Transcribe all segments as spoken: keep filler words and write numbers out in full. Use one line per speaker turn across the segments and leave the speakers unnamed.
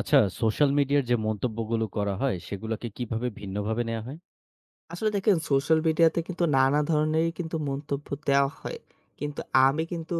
আচ্ছা, সোশ্যাল মিডিয়ার যে মন্তব্যগুলো করা হয়, সেগুলাকে কিভাবে ভিন্নভাবে নেয়া হয়?
আসলে দেখেন, সোশ্যাল মিডিয়াতে কিন্তু নানা ধরনেরই কিন্তু মন্তব্য দেওয়া হয়। কিন্তু আমি কিন্তু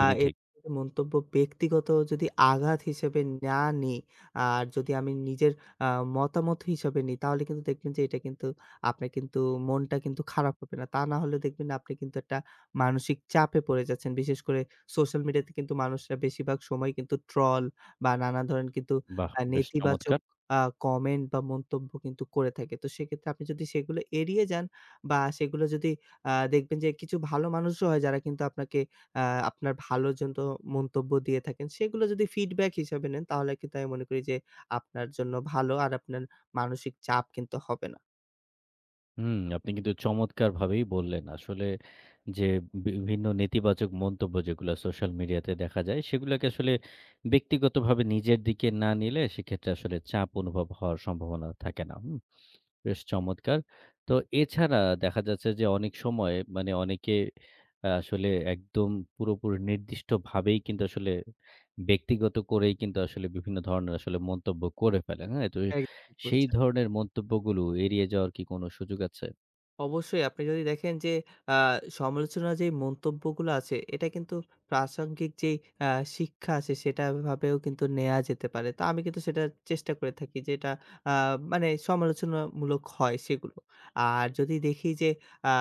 আ এর
ঠিক।
মন্তব্য ব্যক্তিগত যদি আঘাত হিসেবে না নিই, আর যদি আমি নিজের আ মতামত হিসাবে নিই তাহলে কিন্তু দেখবেন যে এটা কিন্তু আপনার কিন্তু মনটা কিন্তু খারাপ হবে না। তা না হলে দেখবেন আপনি কিন্তু একটা মানসিক চাপে পড়ে যাচ্ছেন। বিশেষ করে সোশ্যাল মিডিয়াতে কিন্তু মানুষরা বেশিরভাগ সময় কিন্তু ট্রল বা নানা ধরনের কিন্তু
বাহ!
আ
বেশ
নেতিবাচক
চমৎকার!
আ কমেন্ট বা মন্তব্য কিন্তু করে থাকে। তো সেক্ষেত্রে আপনি যদি সেগুলো এড়িয়ে যান বা সেগুলো যদি আ দেখবেন যে কিছু ভালো মানুষও হয় যারা কিন্তু আপনাকে আ আপনার ভালোর জন্য মন্তব্য দিয়ে থাকেন। সেগুলো যদি ফিডব্যাক হিসাবে নেন তাহলে কিন্তু আমি মনে করি যে আপনার জন্য ভালো আর আপনার মানসিক চাপ কিন্তু হবে না।
হুম, আপনি কিন্তু চমৎকারভাবেই বললেন। আসলে যে বিভিন্ন নেতিবাচক মন্তব্য যেগুলো সোশ্যাল মিডিয়াতে দেখা যায়, সেগুলাকে আসলে ব্যক্তিগতভাবে নিজের দিকে না নিলে সেক্ষেত্রে আসলে চাপ অনুভব হওয়ার সম্ভাবনা থাকে না। হুম। বেশ চমৎকার। তো এছাড়া দেখা যাচ্ছে যে অনেক সময় মানে অনেকে আ আসলে একদম পুরোপুরি নির্দিষ্টভাবেই কিন্তু আসলে ব্যক্তিগত করেই কিন্তু আসলে বিভিন্ন ধরনের আসলে মন্তব্য করে ফেলে। হ্যাঁ? তো
একদম ঠিক
সেই
বলেছেন।
ধরনের মন্তব্যগুলো এড়িয়ে যাওয়ার কি কোনো সুযোগ আছে?
অবশ্যই আপনি যদি দেখেন যে আ সমালোচনার যেই মন্তব্যগুলো আছে এটা কিন্তু প্রাসঙ্গিক যেই আ শিক্ষা আছে সেটা ভাবেও কিন্তু নেয়া যেতে পারে। তো আমি কিন্তু সেটা চেষ্টা করে থাকি যে এটা আ মানে সমালোচনামূলক হয় সেগুলো। আর যদি দেখি যে আ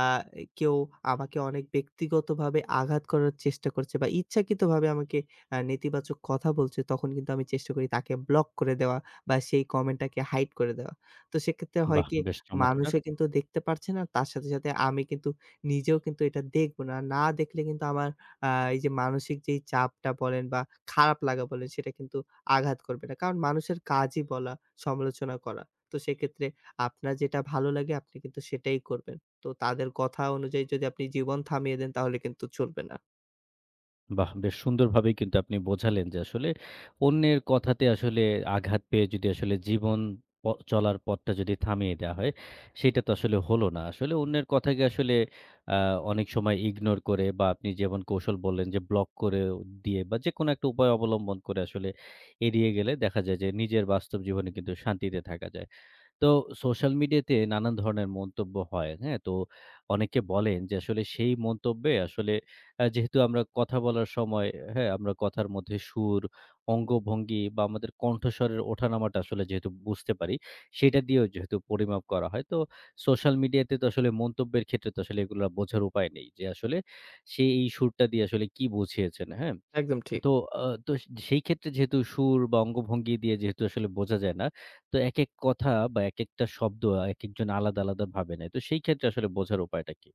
কেউ আমাকে অনেক ব্যক্তিগতভাবে আঘাত করার চেষ্টা করছে বা ইচ্ছাকৃতভাবে আমাকে আ নেতিবাচক কথা বলছে তখন কিন্তু আমি চেষ্টা করি তাকে ব্লক করে দেওয়া বা সেই কমেন্টটাকে হাইড করে দেওয়া। তো সেক্ষেত্রে হয়
বাহ!
কি,
বেশ চমৎকার।
মানুষও কিন্তু দেখতে পারছে না। তার সাথে, সাথে আমি কিন্তু নিজেও কিন্তু এটা দেখব না। না দেখলে কিন্তু আমার আ এই যে মানসিক যেই চাপটা বলেন বা খারাপ লাগা বলেন সেটা কিন্তু আঘাত করবে না। কারণ মানুষের কাজই বলা, সমালোচনা করা। তো সেক্ষেত্রে আপনার যেটা ভালো লাগে আপনি কিন্তু সেটাই করবেন। তো তাদের কথা অনুযায়ী যদি আপনি জীবন থামিয়ে দেন তাহলে কিন্তু চলবে না।
বাহ! বেশ সুন্দরভাবেই কিন্তু আপনি বোঝালেন যে আসলে অন্যের কথাতে আসলে আঘাত পেয়ে যদি আসলে জীবন প চলার পথটা যদি থামিয়ে দেওয়া হয়, সেটা তো আসলে হলো না। আসলে অন্যের কথাকে আসলে আ অনেক সময় ইগনোর করে বা আপনি যেমন কৌশল বললেন যে ব্লক করে দিয়ে বা যেকোনো একটা উপায় অবলম্বন করে আসলে এড়িয়ে গেলে দেখা যায় যে নিজের বাস্তব জীবনে কিন্তু শান্তিতে থাকা যায়। তো সোশ্যাল মিডিয়াতে নানান ধরনের মন্তব্য হয়, হ্যাঁ? তো অনেকে বলেন যে আসলে সেই মন্তব্যে আসলে আ যেহেতু আমরা কথা বলার সময়, হ্যাঁ? আমরা কথার মধ্যে সুর, অঙ্গভঙ্গি বা আমাদের কণ্ঠস্বরের ওঠানামাটা আসলে যেহেতু বুঝতে পারি, সেটা দিয়েও যেহেতু পরিমাপ করা হয়। তো সোশ্যাল মিডিয়াতে তো আসলে মন্তব্যের ক্ষেত্রে তো আসলে এগুলা বোঝার উপায় নেই যে আসলে সে এই সুরটা দিয়ে আসলে কি বুঝিয়েছেন, হ্যাঁ?
একদম ঠিক।
তো আ তো সেই ক্ষেত্রে যেহেতু সুর বা অঙ্গভঙ্গি দিয়ে যেহেতু আসলে বোঝা যায় না, তো একেক কথা বা একেকটা শব্দ একেকজন আলাদা, আলাদা ভাবে নেয়। তো সেই ক্ষেত্রে আসলে বোঝার উপায়টা কি?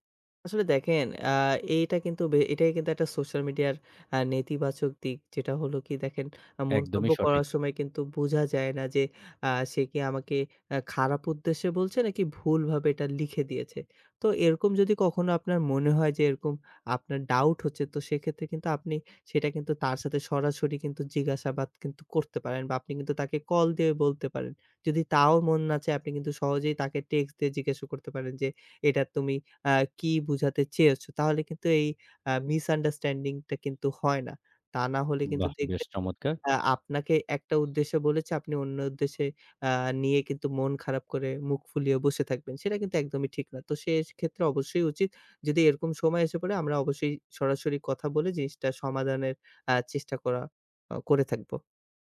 আসলে দেখেন, আ এইটা কিন্তু বে এটাই কিন্তু একটা সোশ্যাল মিডিয়ার আ নেতিবাচক দিক। যেটা হলো কি, দেখেন আ মন্তব্য
একদমই সঠিক।
করার সময় কিন্তু বোঝা যায় না যে আ সে কি আমাকে আ খারাপ উদ্দেশ্যে বলছে নাকি ভুলভাবে এটা লিখে দিয়েছে। তো এরকম যদি কখনো আপনার মনে হয় যে এরকম আপনার ডাউট হচ্ছে, তো সেক্ষেত্রে কিন্তু আপনি সেটা কিন্তু তার সাথে সরাসরি কিন্তু জিজ্ঞাসাবাদ কিন্তু করতে পারেন বা আপনি কিন্তু তাকে কল দিয়ে বলতে পারেন। যদি তাও মন না চায় আপনি কিন্তু সহজেই তাকে টেক্সট দিয়ে জিজ্ঞাসা করতে পারেন যে এটা তুমি আ কি বুঝাতে চেয়েছো? তাহলে কিন্তু এই আ মিসআন্ডারস্ট্যান্ডিং টা কিন্তু হয় না। তা না হলে কিন্তু
বাহ! বেশ
দেখবেন যে
চমৎকার।
আ আপনাকে একটা উদ্দেশ্যে বলেছে, আপনি অন্য উদ্দেশ্যে আ নিয়ে কিন্তু মন খারাপ করে মুখ ফুলিয়ে বসে থাকবেন। সেটা কিন্তু একদমই ঠিক না। তো সেক্ষেত্রে অবশ্যই উচিত, যদি এরকম সময় এসে পড়ে আমরা অবশ্যই সরাসরি কথা বলে জিনিসটা সমাধানের আ চেষ্টা করা আ করে থাকবো।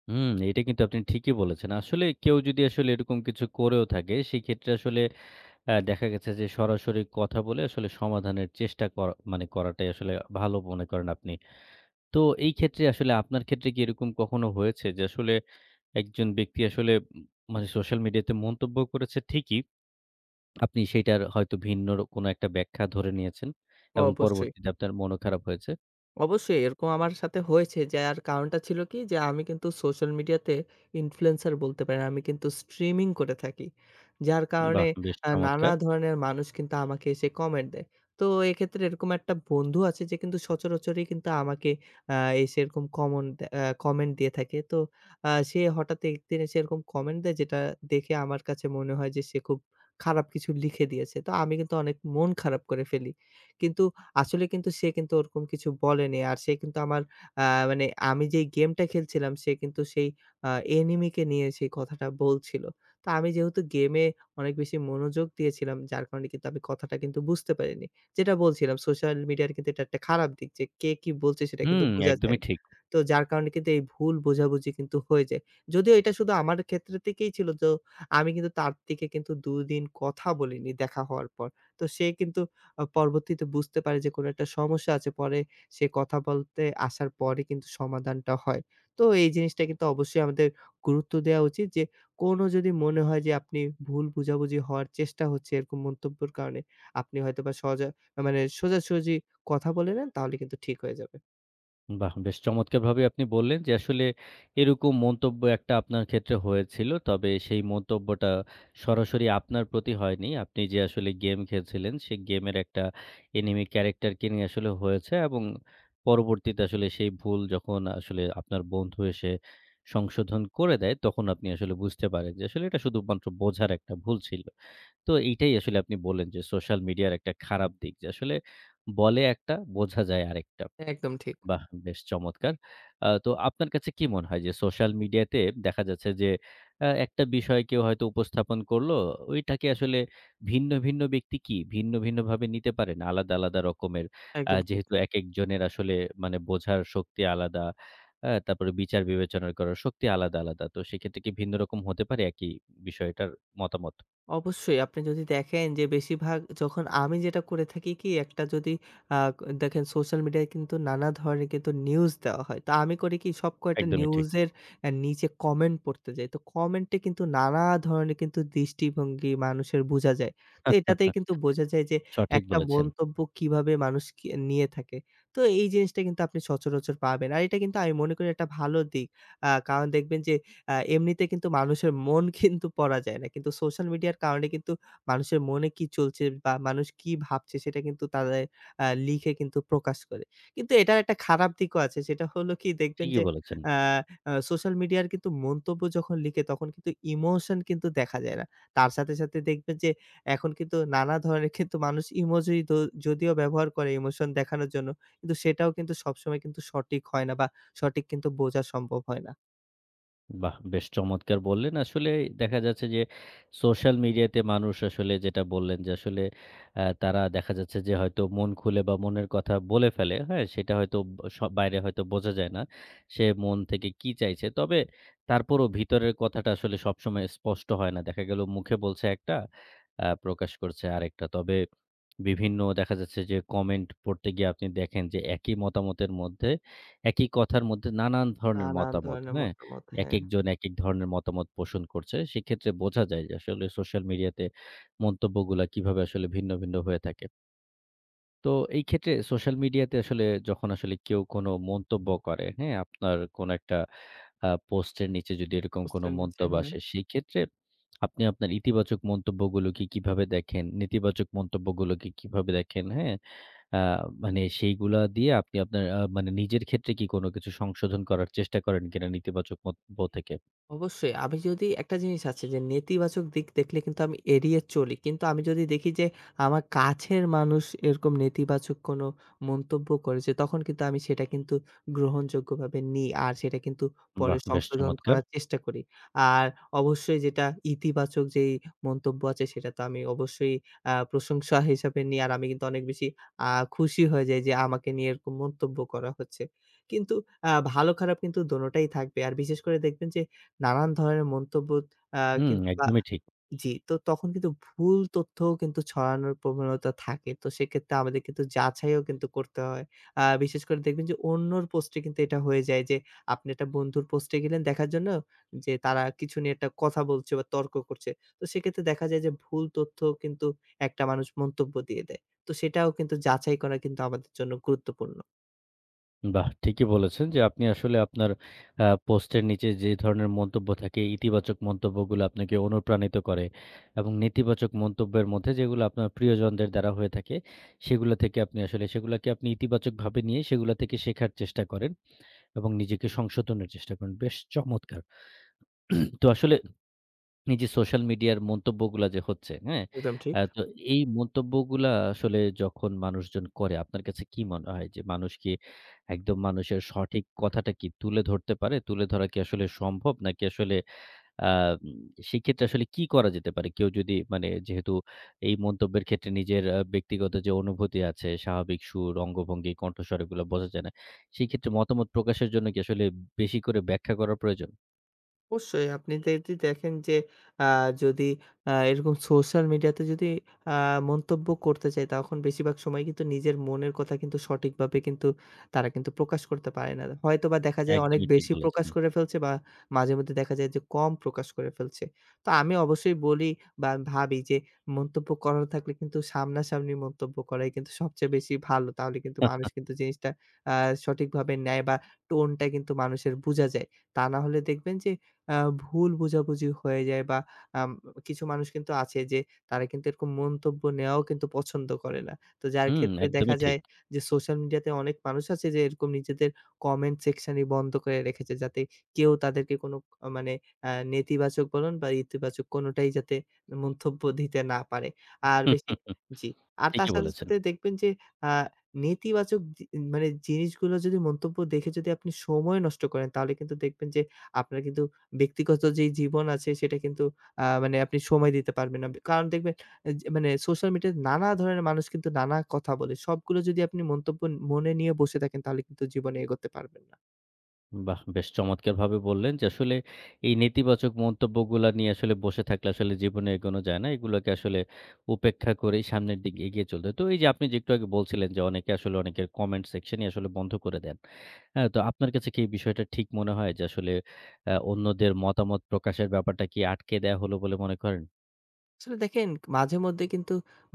হুম, এটা কিন্তু আপনি ঠিকই বলেছেন। আসলে কেউ যদি আসলে এরকম কিছু করেও থাকে, সেক্ষেত্রে আসলে আ দেখা গেছে যে সরাসরি কথা বলে আসলে সমাধানের চেষ্টা করা মানে করাটাই আসলে ভালো মনে করেন আপনি। তো এই ক্ষেত্রে আসলে আপনার ক্ষেত্রে কি এরকম কখনো হয়েছে যে আসলে একজন ব্যক্তি আসলে উম মানে সোশ্যাল মিডিয়াতে মন্তব্য করেছে ঠিকই। আপনি সেইটার হয়তো ভিন্ন র কোনো একটা ব্যাখ্যা ধরে নিয়েছেন এবং
অবশ্যই।
পরবর্তীতে আপনার মনও খারাপ হয়েছে।
অবশ্যই এরকম আমার সাথে হয়েছে, যার কারণটা ছিল কি? যে আমি কিন্তু সোশ্যাল মিডিয়াতে ইনফ্লুয়েন্সার বলতে পারেন। আমি কিন্তু স্ট্রিমিং করে থাকি। যার কারণে
বাহ! বেশ
আ নানা
চমৎকার!
ধরনের মানুষ কিন্তু আমাকে এসে কমেন্ট দেয়। তো এক্ষেত্রে এরকম একটা বন্ধু আছে যে কিন্তু সচরাচরই কিন্তু আমাকে আ এসে এরকম কমন দে আ কমেন্ট দিয়ে থাকে। তো আ সে হঠাৎ একদিন এসে এরকম কমেন্ট দেয় যেটা দেখে আমার কাছে মনে হয় যে সে খুব খারাপ কিছু লিখে দিয়েছে। তো আমি কিন্তু অনেক মন খারাপ করে ফেলি। কিন্তু আসলে কিন্তু সে কিন্তু ওরকম কিছু বলেনি। আর সে কিন্তু আমার আ মানে আমি যেই গেমটা খেলছিলাম সে কিন্তু সেই আ এনিমিকে নিয়ে সেই কথাটা বলছিল। তো আমি যেহেতু গেমে অনেক বেশি মনোযোগ দিয়েছিলাম যার কারণে কিন্তু আমি কথাটা কিন্তু বুঝতে পারিনি। যেটা বলছিলাম, সোশ্যাল মিডিয়ার কিন্তু এটা একটা খারাপ দিক যে কে কি বলছে সেটা কিন্তু
হুম,
বোঝা যায়
একদমই
না।
ঠিক।
তো যার কারণে কিন্তু এই ভুল বোঝাবুঝি কিন্তু হয়ে যায়। যদিও এটা শুধু আমার ক্ষেত্রে থেকেই ছিল, তো আমি কিন্তু তার থেকে কিন্তু দুই দিন কথা বলিনি দেখা হওয়ার পর। তো সে কিন্তু আ পরবর্তীতে বুঝতে পারি যে কোনো একটা সমস্যা আছে। পরে সে কথা বলতে আসার পরে কিন্তু সমাধানটা হয়। তো এই জিনিসটা কিন্তু অবশ্যই আমাদের গুরুত্ব দেওয়া উচিত যে কোনো যদি মনে হয় যে আপনি ভুল বুঝাবুঝি হওয়ার চেষ্টা হচ্ছে এরকম মন্তব্যের কারণে, আপনি হয়তোবা সজা মানে সোজাসুজি কথা বলে নেন তাহলে কিন্তু ঠিক হয়ে যাবে।
বাহ! বেশ চমৎকারভাবেই আপনি বললেন যে আসলে এরকম মন্তব্য একটা আপনার ক্ষেত্রে হয়েছিল। তবে সেই মন্তব্যটা সরাসরি আপনার প্রতি হয়নি। আপনি যে আসলে গেম খেলছিলেন, সেই গেমের একটা এনিমি ক্যারেক্টারকে নিয়ে আসলে হয়েছে এবং পরবর্তীতে আসলে সেই ভুল যখন আসলে আপনার বন্ধু এসে সংশোধন করে দেয়, তখন আপনি আসলে বুঝতে পারেন যে আসলে এটা শুধুমাত্র বোঝার একটা ভুল ছিল। তো এইটাই আসলে আপনি বললেন যে সোশ্যাল মিডিয়ার একটা খারাপ দিক যে আসলে বলে একটা, বোঝা যায় আরেকটা।
একদম ঠিক,
বাহ! বেশ চমৎকার। আ তো আপনার কাছে কি মনে হয় যে সোশ্যাল মিডিয়াতে দেখা যাচ্ছে যে আ একটা বিষয় কেউ হয়তো উপস্থাপন করলো, ওইটাকে আসলে ভিন্ন, ভিন্ন ব্যক্তি কি ভিন্ন, ভিন্নভাবে নিতে পারে না আলাদা, আলাদা রকমের। আ
একদম ঠিক।
যেহেতু একেকজনের আসলে মানে বোঝার শক্তি আলাদা, আ তারপরে বিচার বিবেচনা করার শক্তি আলাদা, আলাদা। তো সেক্ষেত্রে কি ভিন্ন রকম হতে পারে একই বিষয়টার মতামত?
অবশ্যই আপনি যদি দেখেন যে বেশিরভাগ যখন আমি যেটা করে থাকি কি, একটা যদি আ দেখেন সোশ্যাল মিডিয়ায় কিন্তু নানা ধরনের কিন্তু নিউজ দেওয়া হয়। তো আমি করি কি, সব কয়টা
একদমই ঠিক।
নিউজের আ নিচে কমেন্ট পড়তে যাই। তো কমেন্টে কিন্তু নানা ধরনের কিন্তু দৃষ্টিভঙ্গি মানুষের বোঝা যায়। তো এটাতেই কিন্তু বোঝা যায় যে
সঠিক
একটা
বলেছেন।
মন্তব্য কিভাবে মানুষ কি নিয়ে থাকে। তো এই জিনিসটা কিন্তু আপনি সচরাচর পাবেন। আর এটা কিন্তু আমি মনে করি একটা ভালো দিক। আ কারণ দেখবেন যে আ এমনিতে কিন্তু মানুষের মন কিন্তু পড়া যায় না। কিন্তু সোশ্যাল মিডিয়ার কারণে কিন্তু মানুষের মনে কি চলছে বা মানুষ কি ভাবছে সেটা কিন্তু তাদের আ লিখে কিন্তু প্রকাশ করে। কিন্তু এটার একটা খারাপ দিকও আছে। সেটা হলো কি, দেখবেন
ঠিকই
যে
বলেছেন।
আ আ সোশ্যাল মিডিয়ার কিন্তু মন্তব্য যখন লিখে তখন কিন্তু ইমোশন কিন্তু দেখা যায় না। তার সাথে, সাথে দেখবেন যে এখন কিন্তু নানা ধরনের কিন্তু মানুষ ইমোজি দ যদিও ব্যবহার করে ইমোশন দেখানোর জন্য। কিন্তু সেটাও কিন্তু সবসময় কিন্তু সঠিক হয় না বা সঠিক কিন্তু বোঝা সম্ভব হয় না।
বাহ! বেশ চমৎকার বললেন। আসলে দেখা যাচ্ছে যে সোশ্যাল মিডিয়াতে মানুষ আসলে যেটা বললেন যে আসলে আ তারা দেখা যাচ্ছে যে হয়তো মন খুলে বা মনের কথা বলে ফেলে। হ্যাঁ? সেটা হয়তো ব স বাইরে হয়তো বোঝা যায় না। সে মন থেকে কি চাইছে। তবে তারপরও ভিতরের কথাটা আসলে সবসময় স্পষ্ট হয় না। দেখা গেল মুখে বলছে একটা, আ প্রকাশ করছে আরেকটা। তবে বিভিন্ন দেখা যাচ্ছে যে কমেন্ট পড়তে গিয়ে আপনি দেখেন যে একই মতামতের মধ্যে, একই কথার মধ্যে নানান ধরনের
নানান
মতামত,
ধরনের
হ্যাঁ?
মতামত, হ্যাঁ।
একেকজন একেক ধরনের মতামত পোষণ করছে। সেক্ষেত্রে বোঝা যায় যে আসলে সোশ্যাল মিডিয়াতে মন্তব্যগুলা কিভাবে আসলে ভিন্ন, ভিন্ন হয়ে থাকে। তো এই ক্ষেত্রে সোশ্যাল মিডিয়াতে আসলে যখন আসলে কেউ কোনো মন্তব্য করে, হ্যাঁ? আপনার কোনো একটা আ পোস্টের নিচে যদি এরকম
বুঝতে
কোনো
নিচে,
মন্তব্য
হ্যাঁ।
আসে, সেই ক্ষেত্রে আপনি আপনার ইতিবাচক মন্তব্যগুলোকে কিভাবে দেখেন, নেতিবাচক মন্তব্যগুলোকে কিভাবে দেখেন, হ্যাঁ? আ মানে সেইগুলা দিয়ে আপনি আপনার আ মানে নিজের ক্ষেত্রে কি কোনো কিছু সংশোধন করার চেষ্টা করেন কিনা নেতিবাচক মন্তব্য থেকে?
অবশ্যই। আমি যদি একটা জিনিস আছে যে নেতিবাচক দিক দেখলে কিন্তু আমি এড়িয়ে চলি। কিন্তু আমি যদি দেখি যে আমার কাছের মানুষ এরকম নেতিবাচক কোনো মন্তব্য করেছে, তখন কিন্তু আমি সেটা কিন্তু গ্রহণযোগ্যভাবে নিই। আর সেটা কিন্তু পরে
বাহ! বেশ
সংশোধন
চমৎকার!
করার চেষ্টা করি। আর অবশ্যই যেটা ইতিবাচক যেই মন্তব্য আছে সেটা তো আমি অবশ্যই আ প্রশংসা হিসাবে নিই। আর আমি কিন্তু অনেক বেশি আ খুশি হয়ে যাই যে আমাকে নিয়ে এরকম মন্তব্য করা হচ্ছে। কিন্তু আ ভালো খারাপ কিন্তু দোনোটাই থাকবে। আর বিশেষ করে দেখবেন যে নানান ধরনের মন্তব্য আ
হুম,
কিন্তু বা
একদমই ঠিক।
জি, তো তখন কিন্তু ভুল তথ্যও কিন্তু ছড়ানোর প্রবণতা থাকে। তো সেক্ষেত্রে আমাদের কিন্তু যাচাইও কিন্তু করতে হয়। আ বিশেষ করে দেখবেন যে অন্যর পোস্টে কিন্তু এটা হয়ে যায় যে আপনি একটা বন্ধুর পোস্টে গেলেন দেখার জন্য যে তারা কিছু নিয়ে একটা কথা বলছে বা তর্ক করছে। তো সেক্ষেত্রে দেখা যায় যে ভুল তথ্য কিন্তু একটা মানুষ মন্তব্য দিয়ে দেয়। তো সেটাও কিন্তু যাচাই করা কিন্তু আমাদের জন্য গুরুত্বপূর্ণ।
বাহ! ঠিকই বলেছেন যে আপনি আসলে আপনার আ পোস্টের নিচে যে ধরনের মন্তব্য থাকে, ইতিবাচক মন্তব্যগুলো আপনাকে অনুপ্রাণিত করে এবং নেতিবাচক মন্তব্যের মধ্যে যেগুলো আপনার প্রিয়জনদের দ্বারা হয়ে থাকে, সেগুলো থেকে আপনি আসলে সেগুলাকে আপনি ইতিবাচকভাবে নিয়ে সেগুলা থেকে শেখার চেষ্টা করেন এবং নিজেকে সংশোধনের চেষ্টা করেন। বেশ চমৎকার! তো আসলে এই যে সোশ্যাল মিডিয়ার মন্তব্যগুলা যে হচ্ছে, হ্যাঁ? আ তো এই মন্তব্যগুলা আসলে যখন মানুষজন করে আপনার কাছে কি মনে হয় যে মানুষ কি একদম মানুষের সঠিক কথাটা কি তুলে ধরতে পারে? তুলে ধরা কি আসলে সম্ভব? নাকি আসলে আ উম সেক্ষেত্রে আসলে কি করা যেতে পারে? কেউ যদি মানে যেহেতু এই মন্তব্যের ক্ষেত্রে নিজের আ ব্যক্তিগত যে অনুভূতি আছে, স্বাভাবিক সুর, অঙ্গভঙ্গি, কণ্ঠস্বর এগুলো বোঝা যায় না। সেই ক্ষেত্রে মতামত প্রকাশের জন্য কি আসলে বেশি করে ব্যাখ্যা করা প্রয়োজন?
অবশ্যই আপনি যদি দেখেন যে আ যদি আ এরকম সোশ্যাল মিডিয়াতে যদি আ মন্তব্য করতে চায় তখন বেশিরভাগ সময় কিন্তু নিজের মনের কথা কিন্তু সঠিকভাবে কিন্তু তারা কিন্তু প্রকাশ করতে পারে না। হয়তোবা দেখা যায় অনেক
একদমই ঠিক
বেশি
বলেছেন।
প্রকাশ করে ফেলছে বা মাঝেমধ্যে দেখা যায় যে কম প্রকাশ করে ফেলছে। তো আমি অবশ্যই বলি বা ভাবি যে মন্তব্য করার থাকলে কিন্তু সামনাসামনি মন্তব্য করাই কিন্তু সবচেয়ে বেশি ভালো। তাহলে কিন্তু মানুষ কিন্তু জিনিসটা আ সঠিকভাবে নেয় বা টোনটা কিন্তু মানুষের বুঝা যায়। তা না হলে দেখবেন যে আ ভুল বোঝাবুঝি হয়ে যায় বা আম কিছু মানুষ কিন্তু আছে যে তারা কিন্তু এরকম মন্তব্য নেওয়াও কিন্তু পছন্দ করে না। তো যার
হুম,
ক্ষেত্রে দেখা
একদমই ঠিক।
যায় যে সোশ্যাল মিডিয়াতে অনেক মানুষ আছে যে এরকম নিজেদের কমেন্ট সেকশনই বন্ধ করে রেখেছে যাতে কেউ তাদেরকে কোনো আ মানে আ নেতিবাচক বলুন বা ইতিবাচক কোনোটাই যাতে মন্তব্য দিতে না পারে।
হুম,
আর
হুম,
বেশি।
হুম,
জি। আর তার
ঠিকই
সাথে,
বলেছেন।
সাথে দেখবেন যে আ নেতিবাচক জি মানে জিনিসগুলো যদি মন্তব্য দেখে যদি আপনি সময় নষ্ট করেন তাহলে কিন্তু দেখবেন যে আপনার কিন্তু ব্যক্তিগত যেই জীবন আছে সেটা কিন্তু আ মানে আপনি সময় দিতে পারবেন না। কারণ দেখবেন আহ, যে মানে সোশ্যাল মিডিয়ায় নানা ধরনের মানুষ কিন্তু নানা কথা বলে। সবগুলো যদি আপনি মন্তব্য মনে নিয়ে বসে থাকেন তাহলে কিন্তু জীবনে এগোতে পারবেন না।
বাহ! বেশ চমৎকারভাবে বললেন যে আসলে এই নেতিবাচক মন্তব্যগুলা নিয়ে আসলে বসে থাকলে আসলে জীবনে এগোনো যায় না। এগুলোকে আসলে উপেক্ষা করেই সামনের দিকে এগিয়ে চলতে হয়। তো এই যে আপনি যে একটু আগে বলছিলেন যে অনেকে আসলে অনেকের কমেন্ট সেকশনই আসলে বন্ধ করে দেন। হ্যাঁ? তো আপনার কাছে কি এই বিষয়টা ঠিক মনে হয় যে আসলে আ অন্যদের মতামত প্রকাশের ব্যাপারটা কি আটকে দেয়া হলো বলে মনে করেন?
আসলে দেখেন, মাঝে মধ্যে কিন্তু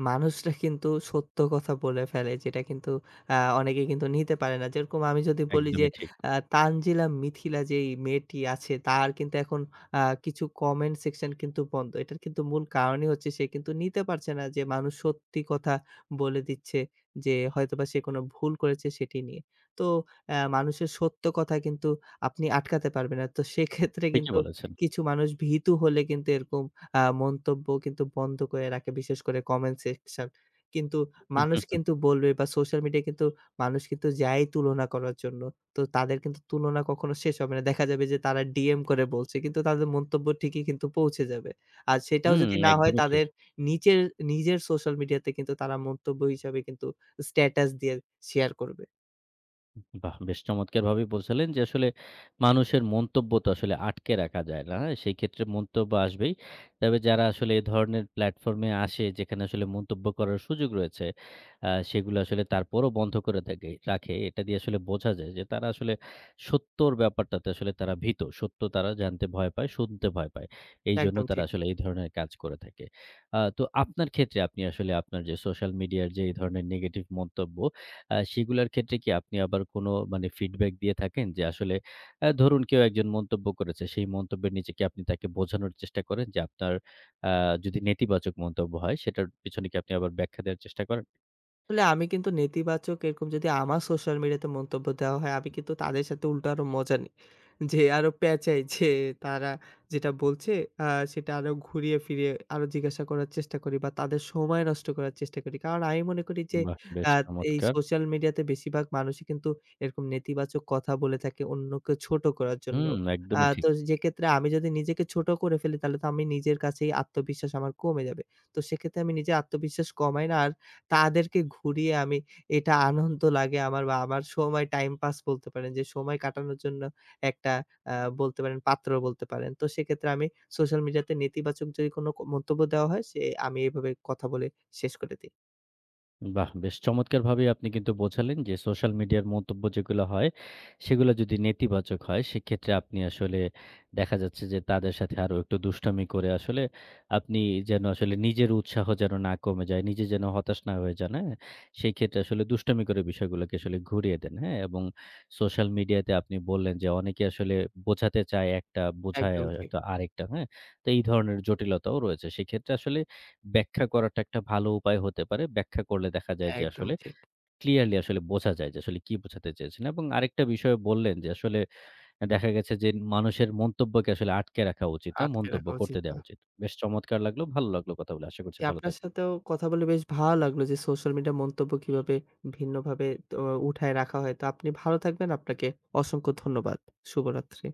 মানুষরা কিন্তু সত্য কথা বলে ফেলে যেটা কিন্তু আহ, অনেকে কিন্তু নিতে পারে না, যেরকম আমি যদি বলি যে
একদমই ঠিক।
আহ, তানজিলা মিথিলা যেই মেয়েটি আছে তার কিন্তু এখন আহ, কিছু কমেন্ট সেকশন কিন্তু বন্ধ, এটার কিন্তু মূল কারণই হচ্ছে সে কিন্তু নিতে পারছে না যে মানুষ সত্যি কথা বলে দিচ্ছে যে হয়তোবা সে কোনো ভুল করেছে সেটি নিয়ে। তো আহ, মানুষের সত্য কথা কিন্তু আপনি আটকাতে পারবেন না, তো সেক্ষেত্রে
ঠিকই
কিন্তু
বলেছেন।
কিছু মানুষ ভীতু হলে কিন্তু এরকম আ মন্তব্য কিন্তু বন্ধ করে রাখে, বিশেষ করে কমেন্ট সেকশন। কিন্তু
হুম,
মানুষ
হুম, হুম,
কিন্তু বলবে বা সোশ্যাল মিডিয়ায় কিন্তু মানুষ কিন্তু যায় তুলনা করার জন্য। তো তাদের কিন্তু তুলনা কখনো শেষ হবে না। দেখা যাবে যে তারা ডিএম করে বলছে। কিন্তু তাদের মন্তব্য ঠিকই কিন্তু পৌঁছে যাবে। আর সেটাও
হুম,
যদি না হয়,
একদমই ঠিক।
তাদের নিচের নিজের সোশ্যাল মিডিয়াতে কিন্তু তারা মন্তব্য হিসাবে কিন্তু স্ট্যাটাস দিয়ে শেয়ার করবে।
বাহ! বেশ চমৎকারভাবেই বলছিলেন যে আসলে মানুষের মন্তব্য তো আসলে আটকে রাখা যায় না। হ্যাঁ, সেই ক্ষেত্রে মন্তব্য আসবেই। তবে যারা আসলে এ ধরনের প্ল্যাটফর্মে আসে যেখানে আসলে মন্তব্য করার সুযোগ রয়েছে, আ সেগুলো আসলে তারপরও বন্ধ করে থাকে রাখে। এটা দিয়ে আসলে বোঝা যায় যে তারা আসলে সত্যর ব্যাপারটাতে আসলে তারা ভীত। সত্য তারা জানতে ভয় পায়, শুনতে ভয় পায়। এইজন্য
একদম
তারা
ঠিক।
আসলে এই ধরনের কাজ করে থাকে। আ তো আপনার ক্ষেত্রে আপনি আসলে আপনার যে সোশ্যাল মিডিয়ার যে এই ধরনের নেগেটিভ মন্তব্য আ সেগুলার ক্ষেত্রে কি আপনি আবার কোনো মানে ফিডব্যাক দিয়ে থাকেন? যে আসলে আ ধরুন কেউ একজন মন্তব্য করেছে, সেই মন্তব্যের নিচে কি আপনি তাকে বোঝানোর চেষ্টা করেন যে আপনার আ যদি নেতিবাচক মন্তব্য হয় সেটার পিছনে কি আপনি আবার ব্যাখ্যা দেওয়ার চেষ্টা করেন?
আসলে আমি কিন্তু নেতিবাচক এরকম যদি আমার সোশ্যাল মিডিয়াতে মন্তব্য দেওয়া হয়, আমি কিন্তু তাদের সাথে উল্টো আরো মজা নেই। যে আরো পেঁচাই যে তারা যেটা বলছে আ সেটা আরো ঘুরিয়ে ফিরিয়ে আরো জিজ্ঞাসা করার চেষ্টা করি বা তাদের সময় নষ্ট করার চেষ্টা করি। কারণ আমি মনে করি যে
বাহ! বেশ
আ এই
চমৎকার!
সোশ্যাল মিডিয়াতে বেশিরভাগ মানুষই কিন্তু এরকম নেতিবাচক কথা বলে থাকে অন্যকে ছোট করার জন্য।
হুম,
আ
একদমই ঠিক।
তো যেক্ষেত্রে আমি যদি নিজেকে ছোট করে ফেলি তাহলে তো আমি নিজের কাছেই আত্মবিশ্বাস আমার কমে যাবে। তো সেক্ষেত্রে আমি নিজের আত্মবিশ্বাস কমাই না, তাদেরকে ঘুরিয়ে আমি এটা আনন্দ লাগে আমার বা আমার সময় টাইম পাস বলতে পারেন, যে সময় কাটানোর জন্য একটা আ বলতে পারেন পাত্র বলতে পারেন। তো সেক্ষেত্রে আমি সোশ্যাল মিডিয়াতে নেতিবাচক যদি কোনো ক মন্তব্য দেওয়া হয় সে আমি এভাবে কথা বলে শেষ করে দেই।
বাহ! বেশ চমৎকারভাবেই আপনি কিন্তু বোঝালেন যে সোশ্যাল মিডিয়ার মন্তব্য যেগুলো হয়, সেগুলো যদি নেতিবাচক হয় সেক্ষেত্রে আপনি আসলে দেখা যাচ্ছে যে তাদের সাথে আরো একটু দুষ্টামি করে আসলে আপনি যেন আসলে নিজের উৎসাহ যেন না কমে যায়, নিজে যেন হতাশ না হয়ে যান, হ্যাঁ? সেই ক্ষেত্রে আসলে দুষ্টামি করে বিষয়গুলোকে আসলে ঘুরিয়ে দেন, হ্যাঁ? এবং সোশ্যাল মিডিয়াতে আপনি বললেন যে অনেকে আসলে বোঝাতে চায় একটা, বোঝায়
একদম ঠিক,
হয়তো আরেকটা, হ্যাঁ? তো এই ধরনের জটিলতাও রয়েছে। সেক্ষেত্রে আসলে ব্যাখ্যা করাটা একটা ভালো উপায় হতে পারে। ব্যাখ্যা করলে দেখা যায় যে
একদম
আসলে
ঠিক।
ক্লিয়ারলি আসলে বোঝা যায় যে আসলে কি বোঝাতে চেয়েছেন। এবং আরেকটা বিষয় বললেন যে আসলে দেখা গেছে যে মানুষের মন্তব্যকে আসলে আটকে রাখা উচিত না,
আটকে
মন্তব্য
রাখা
করতে
উচিত না।
দেওয়া উচিত। বেশ চমৎকার লাগলো। ভালো লাগলো কথা বলে। আশা করছি
জি,
ভালো
আপনার
থাকবেন।
সাথেও কথা বলে বেশ ভালো লাগলো যে সোশ্যাল মিডিয়া মন্তব্য কিভাবে ভিন্নভাবে, তো উঠায় রাখা হয়। তো আপনি ভালো থাকবেন। আপনাকে অসংখ্য ধন্যবাদ। শুভরাত্রি।